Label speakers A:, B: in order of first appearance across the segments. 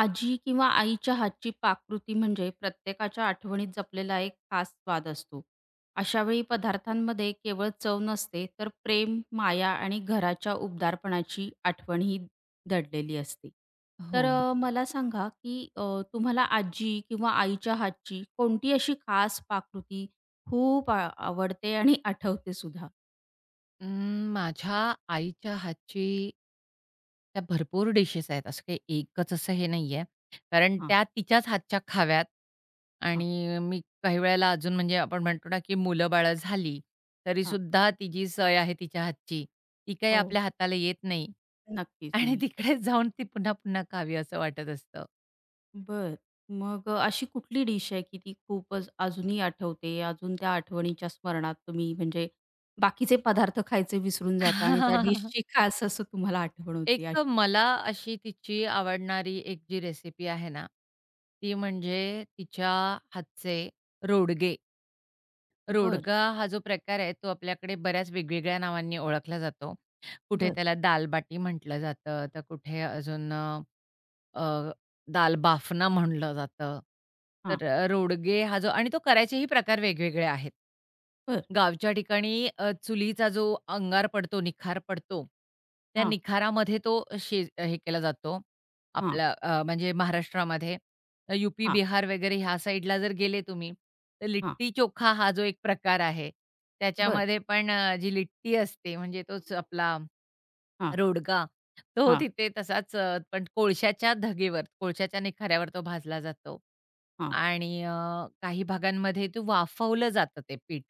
A: आजी किंवा आईच्या हातची पाककृती म्हणजे प्रत्येकाच्या आठवणीत जपलेला एक खास स्वाद असतो. अशावेळी पदार्थांमध्ये केवळ चव नसते, तर प्रेम, माया आणि घराच्या उबदारपणाची आठवणही दडलेली असते.
B: हो.
A: तर मला सांगा, की तुम्हाला आजी किंवा आईच्या हातची कोणती अशी खास पाककृती खूप आवडते आणि आठवते सुद्धा?
B: माझ्या आईच्या हातची त्या भरपूर डिशेस आहेत. असं काही एकच असं हे नाहीये. कारण
A: हां,
B: त्या तिच्याच हातच्या खाव्यात
A: हां,
B: आणि मी काही वेळेला अजून म्हणजे आपण म्हणतो ना, की मुलं-बाळं झाली,
A: हां.
B: तरीसुद्धा ती जी सय आहे तिच्या हातची, ती काही
A: हो,
B: आपल्या हाताला येत नाही
A: नक्कीच.
B: आणि
A: नाही.
B: तिकडेच जाऊन ती पुन्हा-पुन्हा खावी असं वाटत असतं.
A: बरं. मग अशी कुठली डिश आहे की ती खूपच अजूनही आठवते, अजून त्या आठवणीच्या स्मरणात तुम्ही म्हणजे बाकीचे पदार्थ खायचे विसरून जाता आणि त्या डिशची खास असं तुम्हाला आठवण होते
B: एक
A: अशी?
B: मला अशी तिची आवडणारी एक जी रेसिपी आहे ना, ती म्हणजे तिच्या हातचे रोडगे.
A: बरं,
B: रोडगा हा जो प्रकार आहे, तो आपल्याकडे बऱ्याच वेगवेगळ्या नावांनी ओळखला जातो. कुठे
A: बरं.
B: त्याला दाल बाटी म्हटलं जातं, तर कुठे अजून अ, दाल बाफना म्हणलं जातं.
A: हां,
B: तर रोडगे हा जो आणि तो करायचेही प्रकार वेगवेगळे आहेत.
A: बरं.
B: गावच्या ठिकाणी चुलीचा जो अंगार पडतो, निखार पडतो, त्या
A: हां,
B: निखारामध्ये तो शिज हे केला जातो.
A: हां,
B: आपला म्हणजे महाराष्ट्रामध्ये यू-पी,
A: हां,
B: बिहार वगैरे ह्या साईडला जर गेले तुम्ही, तर
A: हां.
B: लिट्टी-चोखा हा जो एक प्रकार आहे.
A: बरं.
B: त्याच्यामध्ये पण जी लिट्टी असते म्हणजे तोच आपला
A: हां,
B: रोडगा तो हो,
A: हां,
B: तिथे तसाच पण कोळशाच्या धगेवर, कोळशाच्या निखाऱ्यावर तो भाजला जातो
A: हां,
B: आणि काही भागांमध्ये ते वाफवलं जातं ते पीठ.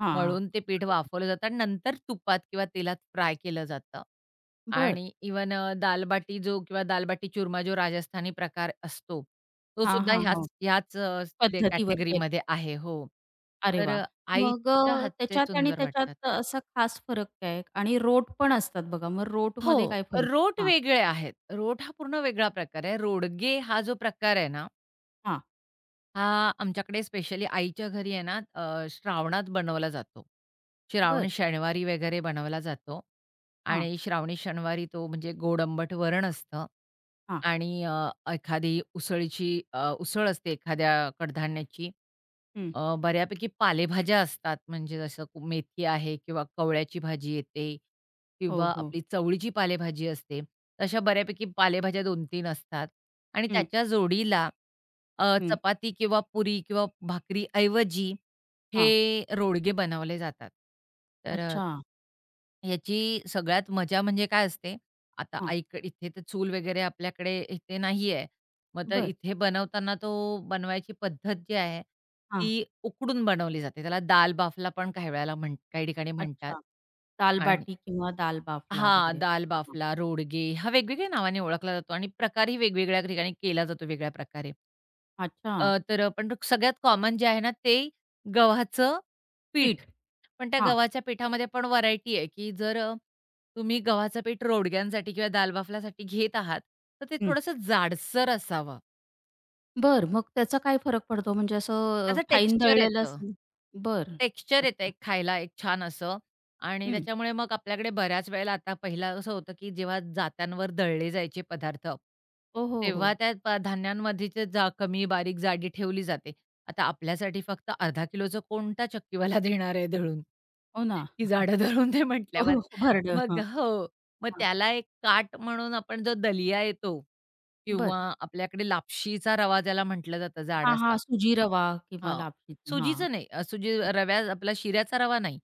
A: हां.
B: मळून ते पीठ
A: बरोबर.
B: वाफवलं जातं आणि नंतर तुपात किंवा तेलात फ्राय केलं जातं आणि इवन दालबाटी जो किंवा दाल चूरमा जो राजस्थानी प्रकार असतो, तो
A: हां,
B: सुद्धा
A: हां, हां.
B: ह्याच ह्याच
A: पद्धतीवर केलं.
B: कॅटेगरीमध्ये आहे. हो.
A: अरे
B: तर
A: वाह! मग
B: आईच्या हातचे
A: त्याच्यात आणि
B: सुंदर वाटतात.
A: त्याच्यात असा खास फरक काय आणि रोट पण असतात बघा, मग
B: हो.
A: रोटमध्ये काय फरक?
B: रोट
A: हां,
B: वेगळे आहेत. रोट हा पूर्ण वेगळा प्रकार आहे. रोडगे हा जो प्रकार आहे ना,
A: हां.
B: हा आमच्याकडे स्पेशली आईच्या घरी आहे ना, श्रावणात बनवला जातो.
A: बरं.
B: श्रावणी शनिवारी वगैरे बनवला जातो
A: हां,
B: आणि श्रावणी शनिवारी तो म्हणजे गोड आंबट वरण असतं
A: हां.
B: आणि एखादी उसळीची उसळ असते एखाद्या कडधान्याची.
A: हं.
B: बऱ्यापैकी पालेभाज्या असतात, म्हणजे जसं मेथी आहे किंवा कवळ्याची भाजी येते
A: हो,
B: किंवा
A: हो.
B: आपली चवळीची पालेभाजी असते. तशा बऱ्यापैकी पालेभाज्या 2-3 असतात आणि
A: हं,
B: त्याच्या जोडीला
A: हं.
B: चपाती किंवा पुरी किंवा भाकरीऐवजी
A: हां.
B: हे रोडगे बनवले जातात. तर
A: अच्छा.
B: ह्याची सगळ्यात मजा म्हणजे काय असते, आता
A: हां.
B: आईकडे इथे तर चूल वगैरे आपल्याकडे इथे नाही आहे. मग तर
A: बरं.
B: इथे बनवताना तो बनवायची पद्धत जी आहे,
A: हां.
B: ती उकडून बनवली जाते. त्याला दाल बाफला पण काही वेळेला म्हण काही ठिकाणी म्हणतात
A: अच्छा.
B: आणि
A: दाल-बाटी किंवा दाल-बाफला
B: हां,
A: वगैरे.
B: दाल
A: हं.
B: बाफला, रोडगे हा वेगवेगळ्या नावाने ओळखला जातो आणि प्रकारही वेगवेगळ्या ठिकाणी केला जातो वेगळ्या प्रकारे.
A: अच्छा.
B: तर पण सगळ्यात कॉमन जे आहे ना, ते गव्हाचं पीठ.
A: पीठ.
B: पण त्या
A: हां.
B: गव्हाच्या पिठामध्ये पण व्हरायटी आहे, की जर तुम्ही गव्हाचं पीठ रोडग्यांसाठी किंवा दाल बाफलासाठी घेत आहात, तर ते
A: हं.
B: थोडंसं जाडसर असावं.
A: बरं. मग त्याचा काय फरक पडतो? म्हणजे असं
B: त्याचं
A: फाईन
B: टेक्स्चर
A: दळलेलं
B: येतं.
A: असेल बरं.
B: टेक्स्चर येतं
A: अच्छा.
B: एक खायला एक छान असं. आणि
A: हं.
B: त्याच्यामुळे मग आपल्याकडे बऱ्याच वेळेला आता पहिला असं होतं, की जेव्हा जात्यांवर दळले जायचे पदार्थ,
A: हो, हो, हो.
B: तेव्हा त्या धान्यांमध्येच कमी बारीक जाडी ठेवली जाते. आता आपल्यासाठी फक्त अर्धा किलोचं कोणता चक्कीवाला देणार आहे दळून,
A: हो ना.
B: की जाडं दळून दे
A: हो,
B: म्हटल्यावर.
A: हो. हो, भरडं.
B: मग
A: हां,
B: हो, मग
A: हां.
B: त्याला एक काट म्हणून आपण जो दलिया येतो
A: बरं.
B: किंवा आपल्याकडे लापशीचा रवा ज्याला म्हटलं जातं
A: हां, हां.
B: जाडासा.
A: सुजी रवा किंवा
B: हां.
A: लापशीचं. हां.
B: सुजीचं नाही. सुजी रव्या आपला शिऱ्याचा रवा नाही.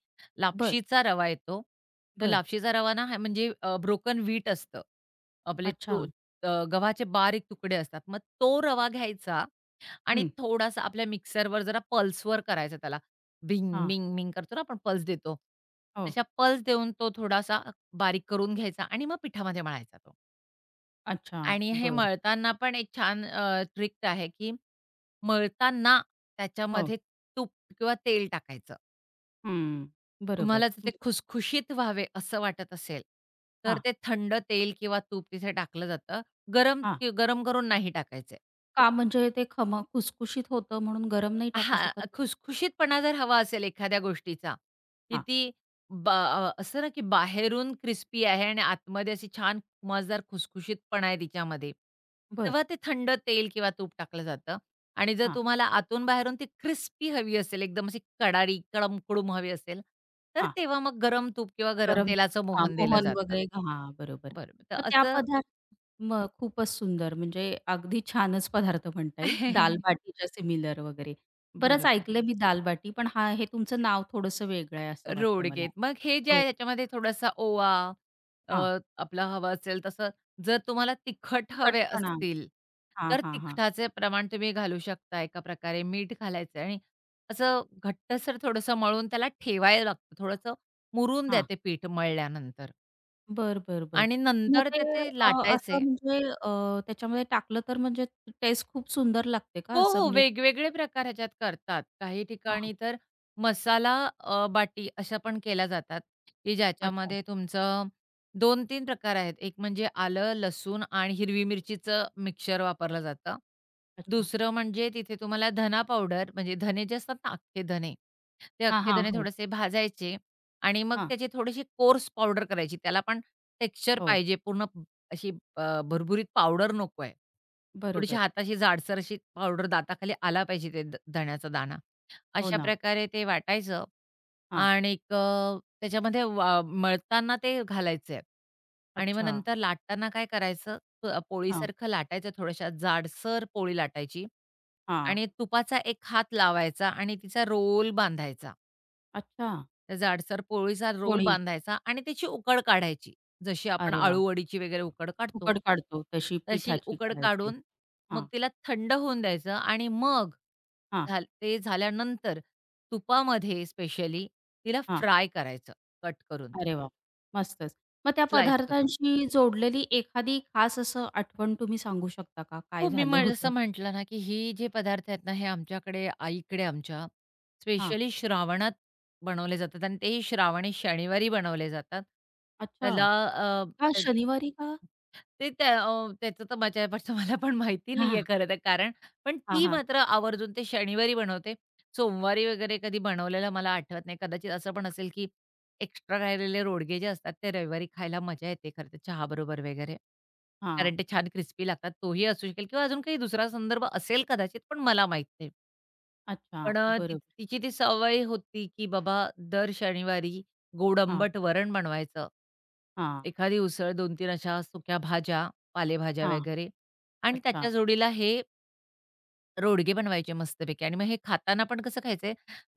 A: बरं,
B: लापशीचा रवा येतो. तर
A: बरं.
B: लापशीचा रवा ना हा म्हणजे ब्रोकन व्हीट असतं. आपले
A: अच्छा.
B: तो गव्हाचे बारीक तुकडे असतात. मग तो रवा घ्यायचा आणि
A: हं.
B: थोडासा आपल्या मिक्सरवर जरा पल्सवर करायचा त्याला. बिंग,
A: हां.
B: मिंग, मिंग करतो ना आपण पल्स देतो.
A: हो.
B: तशा पल्स देऊन तो थोडासा बारीक करून घ्यायचा आणि मग पिठामध्ये मळायचा तो.
A: अच्छा.
B: आणि हे
A: बरं.
B: मळताना पण एक छान ट्रिक आहे, की मळताना
A: हो.
B: त्याच्यामध्ये तूप किंवा तेल टाकायचं.
A: हं, बरोबर.
B: तुम्हाला जर ते खुसखुशीत व्हावे असं वाटत असेल, तर
A: हां,
B: ते थंड तेल किंवा तूप तिथे टाकलं जातं. गरम
A: हां.
B: गरम करून नाही टाकायचे.
A: का म्हणजे ते खमंग खुसखुशीत होतं म्हणून गरम नाही टाकू
B: हां,
A: शकत?
B: खुसखुशीतपणा जर हवा असेल एखाद्या गोष्टीचा, की
A: हां,
B: ती असं ना, की बाहेरून क्रिस्पी आहे आणि आतमध्ये अशी छान मजेदार खुसखुशीतपणा आहे तिच्यामध्ये.
A: बरं.
B: तेव्हा ते थंड तेल किंवा तूप टाकलं जातं आणि जर
A: हां,
B: तुम्हाला आतून बाहेरून ती क्रिस्पी हवी असेल, एकदम अशी कडारी, कडमकडूम हवी असेल, तर
A: हां.
B: तेव्हा मग गरम तूप किंवा गरम
A: गरम तूप
B: तेलाचं
A: हां,
B: मोहन दिलं
A: मोहन
B: जातं.
A: वगैरे हां, बरोबर.
B: बरोबर. तर
A: मग त्या
B: असं.
A: पदार्थ मग खूपच सुंदर म्हणजे अगदी छानच पदार्थ म्हणता येईल. दालबाटीच्या सिमिलर वगैरे. बरंच
B: बरोबर.
A: ऐकलंय मी दालबाटी, पण हे तुमचं नाव थोडंसं वेगळं आहे असं वाटतं मला.
B: रोडगेत. मग हे जे आहे
A: रोटी
B: त्याच्यामध्ये थोडासा ओवा, अ,
A: हां,
B: आपला हवं असेल तसं. जर तुम्हाला तिखट हवे
A: तिखटपणा.
B: असतील,
A: हां,
B: तर
A: हां, हां.
B: तिखटाचे प्रमाण तुम्ही घालू शकता एका प्रकारे. मीठ घालायचं आणि असं घट्टसर थोडंसं मळून त्याला ठेवायला लागतं. थोडंसं मुरून द्या
A: हां.
B: ते पीठ मळल्यानंतर
A: बर बर बर
B: आणि
A: मग
B: नंतर
A: ते
B: त्याचे लाटायचे.
A: असं म्हणजे त्याच्यामध्ये टाकलं तर म्हणजे टेस्ट खूप सुंदर लागते का
B: हो,
A: असं
B: हो.
A: म्हणजे?
B: वेगवेगळे प्रकार ह्याच्यात करतात. काही
A: हां.
B: ठिकाणी तर मसाला बाटी अशा पण केल्या जातात, की
A: अच्छा,
B: ज्याच्यामध्ये तुमचं दोन तीन प्रकार आहेत. एक म्हणजे आलं, लसूण आणि हिरवी मिरचीचं मिक्सचर वापरलं जातं.
A: अच्छा.
B: दुसरं म्हणजे तिथे तुम्हाला धना पावडर म्हणजे धने जे असतात ना अख्खे धने, ते
A: हां,
B: अख्खे
A: हां.
B: धने
A: हो.
B: थोडेसे भाजायचे आणि मग
A: हां.
B: त्याची थोडीशी कोर्स पावडर करायची. त्याला पण टेक्स्चर
A: हो.
B: पाहिजे पूर्ण. अशी भुरभुरीत पावडर नको आहे. थोडीशी
A: बरोबर.
B: हाताशी जाडसर अशी पावडर दाताखाली आला पाहिजे ते धण्याचा दाणा.
A: हो
B: अशा
A: ना.
B: प्रकारे ते वाटायचं
A: हां.
B: आणि त्याच्यामध्ये मळताना ते घालायचंय आणि मग
A: अच्छा.
B: नंतर लाटताना काय करायचं.
A: हां,
B: पोळीसारखं लाटायचं, थोड्याशा जाडसर पोळी लाटायची
A: हां.
B: आणि तुपाचा एक हात लावायचा आणि तिचा रोल बांधायचा.
A: अच्छा.
B: त्या जाडसर पोळीचा रोल
A: पोळी.
B: बांधायचा आणि त्याची उकड काढायची. जशी आपण
A: अरे वाह!
B: आळूवडीची वगैरे उकड काढतो.
A: फुकट काढतो तशी
B: तशी
A: पिठाची
B: उकड
A: काढायची.
B: काढून मग
A: हां,
B: तिला थंड होऊन द्यायचं आणि मग
A: हां,
B: झाल्यानंतर तुपामध्ये स्पेशली तिला
A: हां.
B: फ्राय करायचं, कट करून,
A: अरे वाह! मस्तच. मग त्या
B: स्लाईस करून.
A: पदार्थांशी जोडलेली एखादी खास असं आठवण तुम्ही सांगू शकता का?
B: हो,
A: काय
B: मी
A: झालं
B: म्ह जसं
A: होतं?
B: म्हटलं ना, की हे जे पदार्थ आहेत ना, हे आमच्याकडे आईकडे आमच्या
A: हां.
B: स्पेशली श्रावणात बनवले जातात आणि तेही श्रावणी शनिवारी बनवले जातात.
A: अच्छा.
B: त्याला
A: का
B: ते
A: शनिवारी का?
B: ते त्या त्याचं तर माझ्यापासून मला पण माहिती नाहीये
A: हां,
B: खरं तर कारण. पण
A: हां,
B: ती
A: हां,
B: मात्र आवर्जून ते शनिवारी बनवते. सोमवारी वगैरे कधी बनवलेलं मला आठवत नाही. कदाचित असं पण असेल, की एक्स्ट्रा राहिलेले रोडगे जे असतात ते रविवारी खायला मजा येते खरं तर चहाबरोबर वगैरे.
A: हां.
B: कारण ते छान क्रिस्पी लागतात. तोही असू शकेल किंवा अजून काही दुसरा संदर्भ असेल कदाचित, पण मला माहीत नाही.
A: अच्छा,
B: पण
A: बरोबर.
B: तिची ती सवय होती, की बाबा दर शनिवारी गोड
A: हां,
B: आंबट वरण बनवायचं.
A: हां,
B: एखादी उसळ, 2-3 अशा सुक्या भाज्या, पालेभाज्या
A: हां.
B: वगैरे आणि
A: अच्छा,
B: त्याच्या जोडीला हे रोडगे बनवायचे मस्तपैकी. आणि मग हे खाताना पण कसं खायचंय,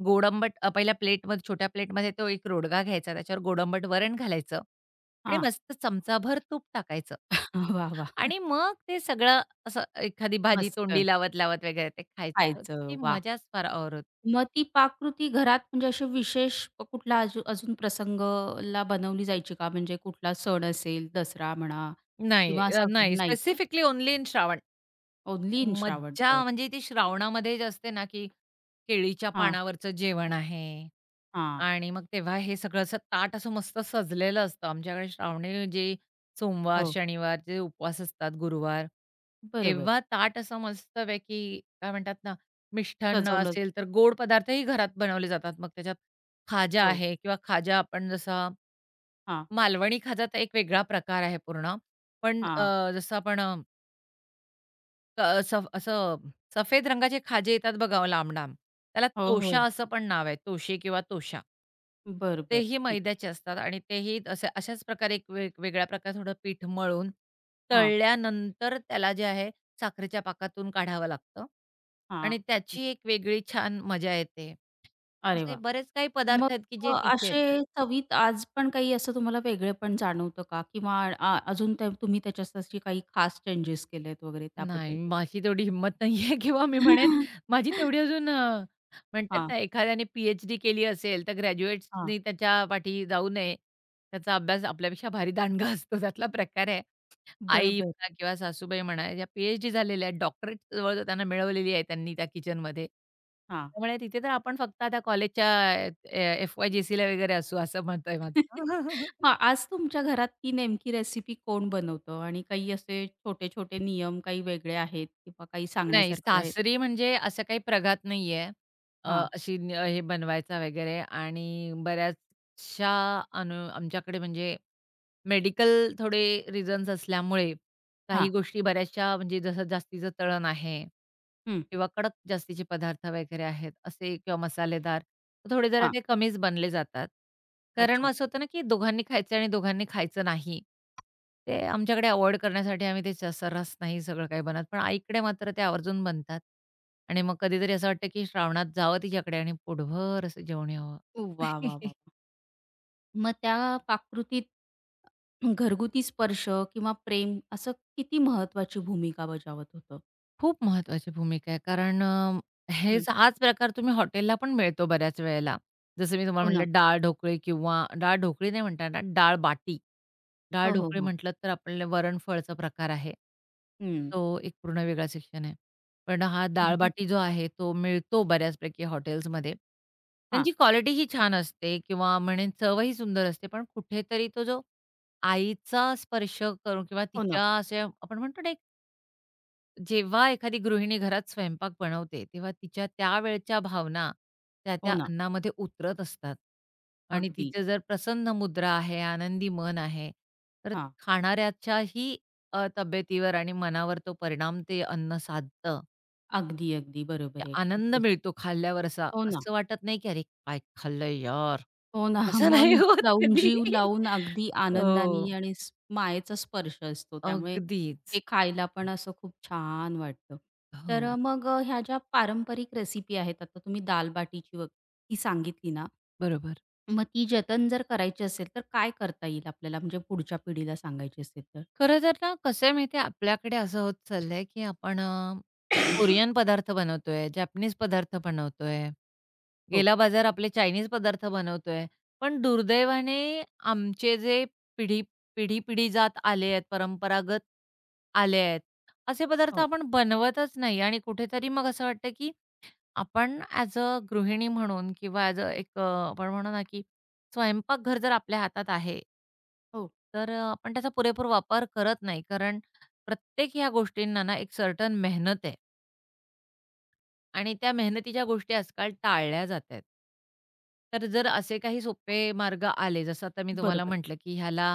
B: गोड आंबट. पहिल्या प्लेटमध्ये छोट्या प्लेटमध्ये तो एक रोडगा घ्यायचा, त्याच्यावर गोड आंबट वरण घालायचं आणि
A: हां.
B: मस्त चमचाभर तूप टाकायचं
A: वाह, वाह!
B: आणि मग ते सगळं असं एखादी भाजी
A: मस्त
B: तोंडी लावत, लावत वगैरे ते खायचं. तर
A: खायचं.
B: त्याची
A: वाह!
B: मजाच फार और होती.
A: मग ती पाककृती घरात म्हणजे असे विशेष कुठला अजून प्रसंगला बनवली जायची का? म्हणजे कुठला सण असेल, दसरा म्हणा
B: नाही
A: किंवा
B: अ,
A: असा
B: नाही.
A: नाही का?
B: Specifically only in Shravan.
A: Only in Shravan.
B: मज्जा
A: बरं.
B: म्हणजे ती श्रावणामध्ये जी असते ना, की केळीच्या
A: हां,
B: पानावरचं जेवण आहे
A: हां.
B: आणि मग तेव्हा हे सगळं असं ताट असं मस्त सजलेलं असतं. आमच्याकडे श्रावणी जे सोमवार,
A: हो,
B: शनिवार जे उपवास असतात, गुरुवार,
A: बरोबर.
B: तेव्हा ताट असं मस्तपैकी काय म्हणतात ना, मिष्ठान्न
A: सजवलं
B: असेल तर गोड पदार्थही घरात बनवले जातात. मग त्याच्यात खाजा
A: हो.
B: आहे किंवा खाजा आपण जसा
A: हां,
B: मालवणी खाजाचा एक वेगळा प्रकार आहे पूर्ण. पण
A: हां.
B: जसं आपण असं सफेद रंगाचे खाजे येतात बघा लांब-लांब. त्याला
A: हो,
B: तोशा
A: हो.
B: असं पण नाव आहे. तोशे किंवा तोशा.
A: बरं, बरं.
B: तेही
A: ठीक आहे.
B: मैद्याचे असतात आणि तेही असे अशाच प्रकारे एक वेगळ्या प्रकारे थोडं पीठ मळून,
A: हां,
B: तळल्यानंतर त्याला जे आहे साखरेच्या पाकातून काढावं लागतं
A: हां.
B: आणि त्याची एक वेगळी छान मजा येते.
A: अरे
B: असे
A: वाह!
B: बरेच काही
A: मग
B: पदार्थ आहेत की जे तिथे
A: असे
B: येतात.
A: चवीत आज पण काही असं तुम्हाला वेगळेपण जाणवतं का? किंवा अजून त्या तुम्ही त्याच्यात अशी काही खास चेंजेस केलेत वगैरे त्याबद्दल
B: नाही,
A: काही
B: माझी तेवढी हिंमत नाहीये किंवा मी म्हणेन माझी तेवढी अजून. म्हणतात
A: हां,
B: ना, एखाद्याने पी-एच-डी केली असेल, तर
A: हां.
B: ग्रॅज्युएट्सनी त्याच्या पाठी जाऊ नये. त्याचा अभ्यास आपल्यापेक्षा भारी दांडगा असतो. त्यातला प्रकार आहे.
A: बरं,
B: आई
A: बरं.
B: म्हणा किंवा सासूबाई म्हणा, ज्या पी झालेल्या आहेत, डॉक्टरेट जवळजवळ त्यांना मिळवलेली आहे त्यांनी, त्या किचनमध्ये.
A: हां.
B: त्यामुळे तिथे तर आपण फक्त आता कॉलेजच्या एफ-वाय-जी-सीला वगैरे असू, असं मत माझं.
A: मग आज तुमच्या घरात ती नेमकी रेसिपी कोण बनवतं आणि काही असे छोटे-छोटे नियम काही वेगळे आहेत किंवा काही
B: नाही,
A: सांगण्यासारखे आहेत?
B: सासरी म्हणजे असं काही प्रघात नाहीये.
A: हां,
B: अशी न हे बनवायचा वगैरे आणि बऱ्याचशा आमच्याकडे म्हणजे मेडिकल थोडे रिझन्स असल्यामुळे काही
A: हां.
B: गोष्टी बऱ्याचशा म्हणजे जसं जास्तीचं तळण आहे
A: हं.
B: किंवा कडक जास्तीचे पदार्थ वगैरे आहेत असे किंवा मसालेदार, तर थोडे जरा
A: हां.
B: ते कमीच बनले जातात. कारण मग
A: अच्छा.
B: असं होतं ना, की दोघांनी खायचं आणि दोघांनी खायचं नाही. ते आमच्याकडे अव्हॉइड करण्यासाठी आम्ही ते सर्रास नाही सगळं काही बनत. पण आईकडे मात्र ते आवर्जून बनतात आणि मग कधीतरी असं वाटतं, की श्रावणात जावं तिच्याकडे आणि पोटभर असं जेवण यावं.
A: वाह, वाह, वाह! मग त्या पाककृतीत घरगुती स्पर्श किंवा प्रेम असं किती महत्वाची भूमिका बजावत होतं?
B: खूप महत्त्वाची भूमिका आहे. कारण
A: हं.
B: हाच प्रकार तुम्ही हॉटेलला पण मिळतो बऱ्याच वेळेला. जसं मी
A: हो
B: तुम्हाला
A: ना.
B: म्हटलं डाळ-ढोकळी, किंवा डाळ-ढोकळी नाही म्हणता येणार, डाळ-बाटी.
A: हो, हो,
B: डाळ-ढोकळी
A: हो.
B: म्हटलं तर आपल्याला वरण-फळचा प्रकार आहे.
A: हं.
B: तो एक पूर्ण वेगळा सेक्शन आहे. पण हा
A: अगदी.
B: डाळ-बाटी जो आहे तो मिळतो बऱ्याचपैकी हॉटेल्समध्ये.
A: हां.
B: त्यांची क्वालिटीही छान असते किंवा म्हणेन चवही सुंदर असते. पण कुठेतरी तो जो आईचा स्पर्श करून किंवा
A: हो ना,
B: तिच्या, असे आपण म्हणतो ना, जेव्हा एखादी गृहिणी घरात स्वयंपाक बनवते, तेव्हा तिच्या त्यावेळच्या भावना त्या-त्या
A: हो ना.
B: अन्नामध्ये उतरत असतात आणि
A: अगदी.
B: तिचं जर प्रसन्न मुद्रा आहे, आनंदी मन आहे, तर
A: हां.
B: खाणाऱ्याच्याही तब्येतीवर आणि मनावर तो परिणाम ते अन्न साधतं.
A: अगदी, अगदी.
B: की
A: बरोबर आहे.
B: आनंद
A: खूपच.
B: मिळतो खाल्ल्यावर असा.
A: हो ना,
B: असं वाटत नाही की "अरे काय खाल्लं यार!"
A: हो ना.
B: असं
A: मन
B: नाही होत
A: लावून,
B: कधी.
A: जीव लावून अगदी
B: हो.
A: आनंदाने आणि मायेचा स्पर्श असतो. त्यामुळे
B: अगदीच.
A: ते खायला पण असं खूप छान वाटतं. तर
B: हो.
A: मग ह्या ज्या पारंपरिक रेसिपी आहेत, आता तुम्ही दाल बाटीची ही सांगितली ना,
B: बरोबर.
A: मग ती जतन जर करायची असेल, तर काय करता येईल आपल्याला म्हणजे पुढच्या पिढीला सांगायची असेल तर?
B: खरं तर ना, कसं आहे माहिती आपल्याकडे असं होत चाललंय, की आपण कोरियन पदार्थ बनवतोय, जॅपनीज पदार्थ बनवतोय,
A: हो,
B: गेला बाजार आपले चायनीज पदार्थ बनवतोय. पण दुर्दैवाने आमचे जे पिढी पिढी-पिढी जात आले आहेत, परंपरागत आले आहेत, असे पदार्थ
A: हो,
B: आपण बनवतच नाही आणि कुठेतरी मग असं वाटतं, की आपण ॲज अ गृहिणी म्हणून किंवा ॲज अ एक आपण म्हणू ना, की स्वयंपाकघर जर आपल्या हातात आहे,
A: हो.
B: तर आपण त्याचा पुरेपूर वापर करत नाही. कारण प्रत्येक ह्या गोष्टींना ना, एक सर्टन मेहनत आहे. आणि त्या मेहनतीच्या गोष्टी आजकाल टाळल्या जातायत. तर जर असे काही सोपे मार्ग आले, जसं आता मी तुम्हाला
A: बरोबर.
B: म्हटलं, की ह्याला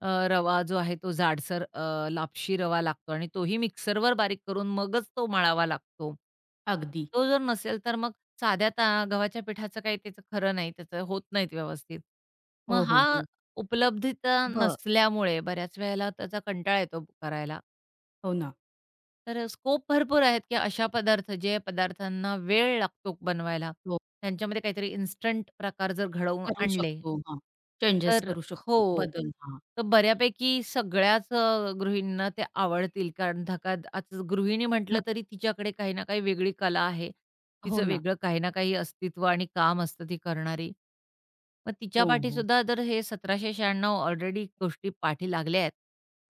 B: रवा जो आहे तो जाडसर लापशी रवा लागतो आणि तोही मिक्सरवर बारीक करून मगच तो मळावा लागतो.
A: अगदी.
B: तो जर नसेल, तर मग साध्या गव्हाच्या पिठाचं काही त्याचं खरं नाही, त्याचं होत नाहीत व्यवस्थित. मग
A: हो, हो,
B: हा
A: हो.
B: उपलब्धता
A: बरं.
B: नसल्यामुळे बऱ्याच वेळेला त्याचा कंटाळा येतो करायला.
A: हो ना.
B: तर स्कोप भरपूर आहेत, की अशा पदार्थ जे पदार्थांना वेळ लागतो बनवायला,
A: हो,
B: त्यांच्यामध्ये काहीतरी इन्स्टंट प्रकार जर घडवून
A: करू
B: आणले,
A: शकतो. हां. चेंजेस
B: तर
A: करू शकतो.
B: हो.
A: बदल. हां.
B: तर बऱ्यापैकी सगळ्याच गृहिणींना ते आवडतील. कारण धकाधकाच गृहिणी म्हटलं
A: नक्क
B: तरी तिच्याकडे काही ना काही वेगळी कला आहे,
A: हो
B: तिचं
A: ना.
B: वेगळं काही ना काही अस्तित्व आणि काम असतं ती करणारी. मग तिच्या
A: हो, हो.
B: पाठीसुद्धा जर हे 1796 ऑलरेडी गोष्टी पाठी लागल्या आहेत,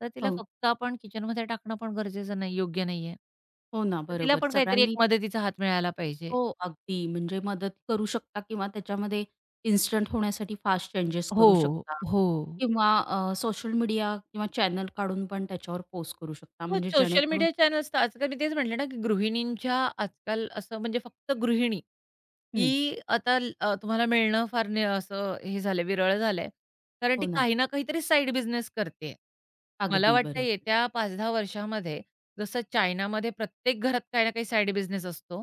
B: तर तिला
A: हो,
B: फक्त आपण किचनमध्ये टाकणं पण गरजेचं नाही, योग्य नाहीये.
A: हो ना.
B: तर तिला
A: बरोबर.
B: पण काहीतरी एक
A: सगळ्यांनी
B: मदतीचा हात मिळायला पाहिजे.
A: हो, अगदी म्हणजे मदत करू शकता किंवा त्याच्यामध्ये इन्स्टंट होण्यासाठी फास्ट चेंजेस
B: हो,
A: करू शकता
B: हो.
A: किंवा सोशल मीडिया किंवा चॅनल काढून पण त्याच्यावर पोस्ट करू शकता
B: हो,
A: म्हणजे
B: सोशल
A: जेणेकरून
B: मीडिया चॅनल्स तर आजकाल मी तेच म्हटलं ना, की गृहिणींच्या आजकाल असं म्हणजे फक्त गृहिणी ही
A: हं.
B: आता तुम्हाला मिळणं फार असं हे झालं आहे, विरळ झालं आहे. कारण ती
A: हो ना.
B: काही ना काहीतरी साइड बिझनेस करते आहे. मला
A: अगदी
B: वाटतं
A: बरोबर.
B: येत्या 5-10 वर्षामध्ये जसं चायनामध्ये प्रत्येक घरात काही ना काही साइड बिझनेस असतो,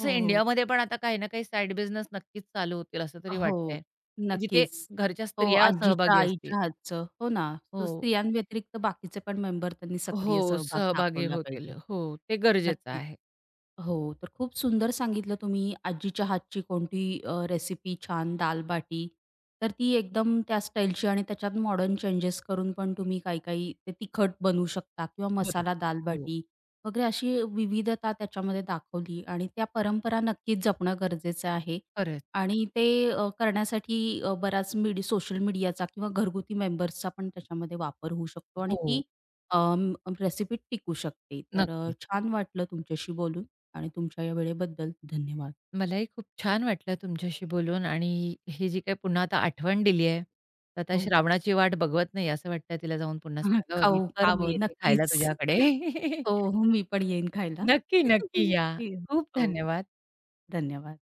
A: हो, हो.
B: इंडियामध्ये पण आता काही ना काही साइड बिझनेस नक्कीच चालू होतील असं तरी
A: हो,
B: वाटतं, की जिथे
A: नक्कीच.
B: घरच्या
A: हो,
B: स्त्रिया
A: आजीच्या,
B: सहभागी असतील.
A: आईच्या हातचं. हो ना,
B: हो.
A: तर स्त्रियांव्यतिरिक्त बाकीचे पण मेंबर त्यांनी सक्रिय
B: हो,
A: सहभाग
B: सहभागी
A: दाखवला
B: होतील.
A: पाहिजे.
B: हो, ते गरजेचं
A: नक्कीच.
B: आहे.
A: हो, तर खूप सुंदर सांगितलं तुम्ही आजीच्या हातची कोणती रेसिपी छान दाल-बाटी. तर ती एकदम त्या स्टाईलची आणि त्याच्यात मॉडर्न चेंजेस करून पण तुम्ही काही-काही ते तिखट बनवू शकता किंवा मसाला
B: बरोबर. हो,
A: दाल-बाटी वगैरे अशी विविधता त्याच्यामध्ये दाखवली आणि त्या परंपरा नक्कीच जपणं गरजेचं आहे.
B: खरंच.
A: आणि ते करण्यासाठी बराच सोशल मीडियाचा किंवा घरगुती मेंबर्सचा पण त्याच्यामध्ये वापर होऊ शकतो आणि ती
B: हो,
A: अम, रेसिपी टिकू शकते. तर
B: नक्कीच.
A: छान वाटलं तुमच्याशी बोलून आणि तुमच्या या वेळेबद्दल धन्यवाद.
B: मलाही खूप छान वाटलं तुमच्याशी बोलून आणि ही जी काही पुन्हा आता आठवण दिली आहे, तर आता
A: हो.
B: श्रावणाची वाट बघवत नाही असं वाटतंय, तिला जाऊन पुन्हा सांगावं, की
A: खाऊ,
B: "कर मी
A: खावं
B: येते खायला
A: नक्कीच.
B: तुझ्याकडे."
A: हो, हो. मी पण येईन खायला.
B: नक्की, नक्की या.
A: ठीक.
B: खूप
A: हो.
B: धन्यवाद.
A: धन्यवाद.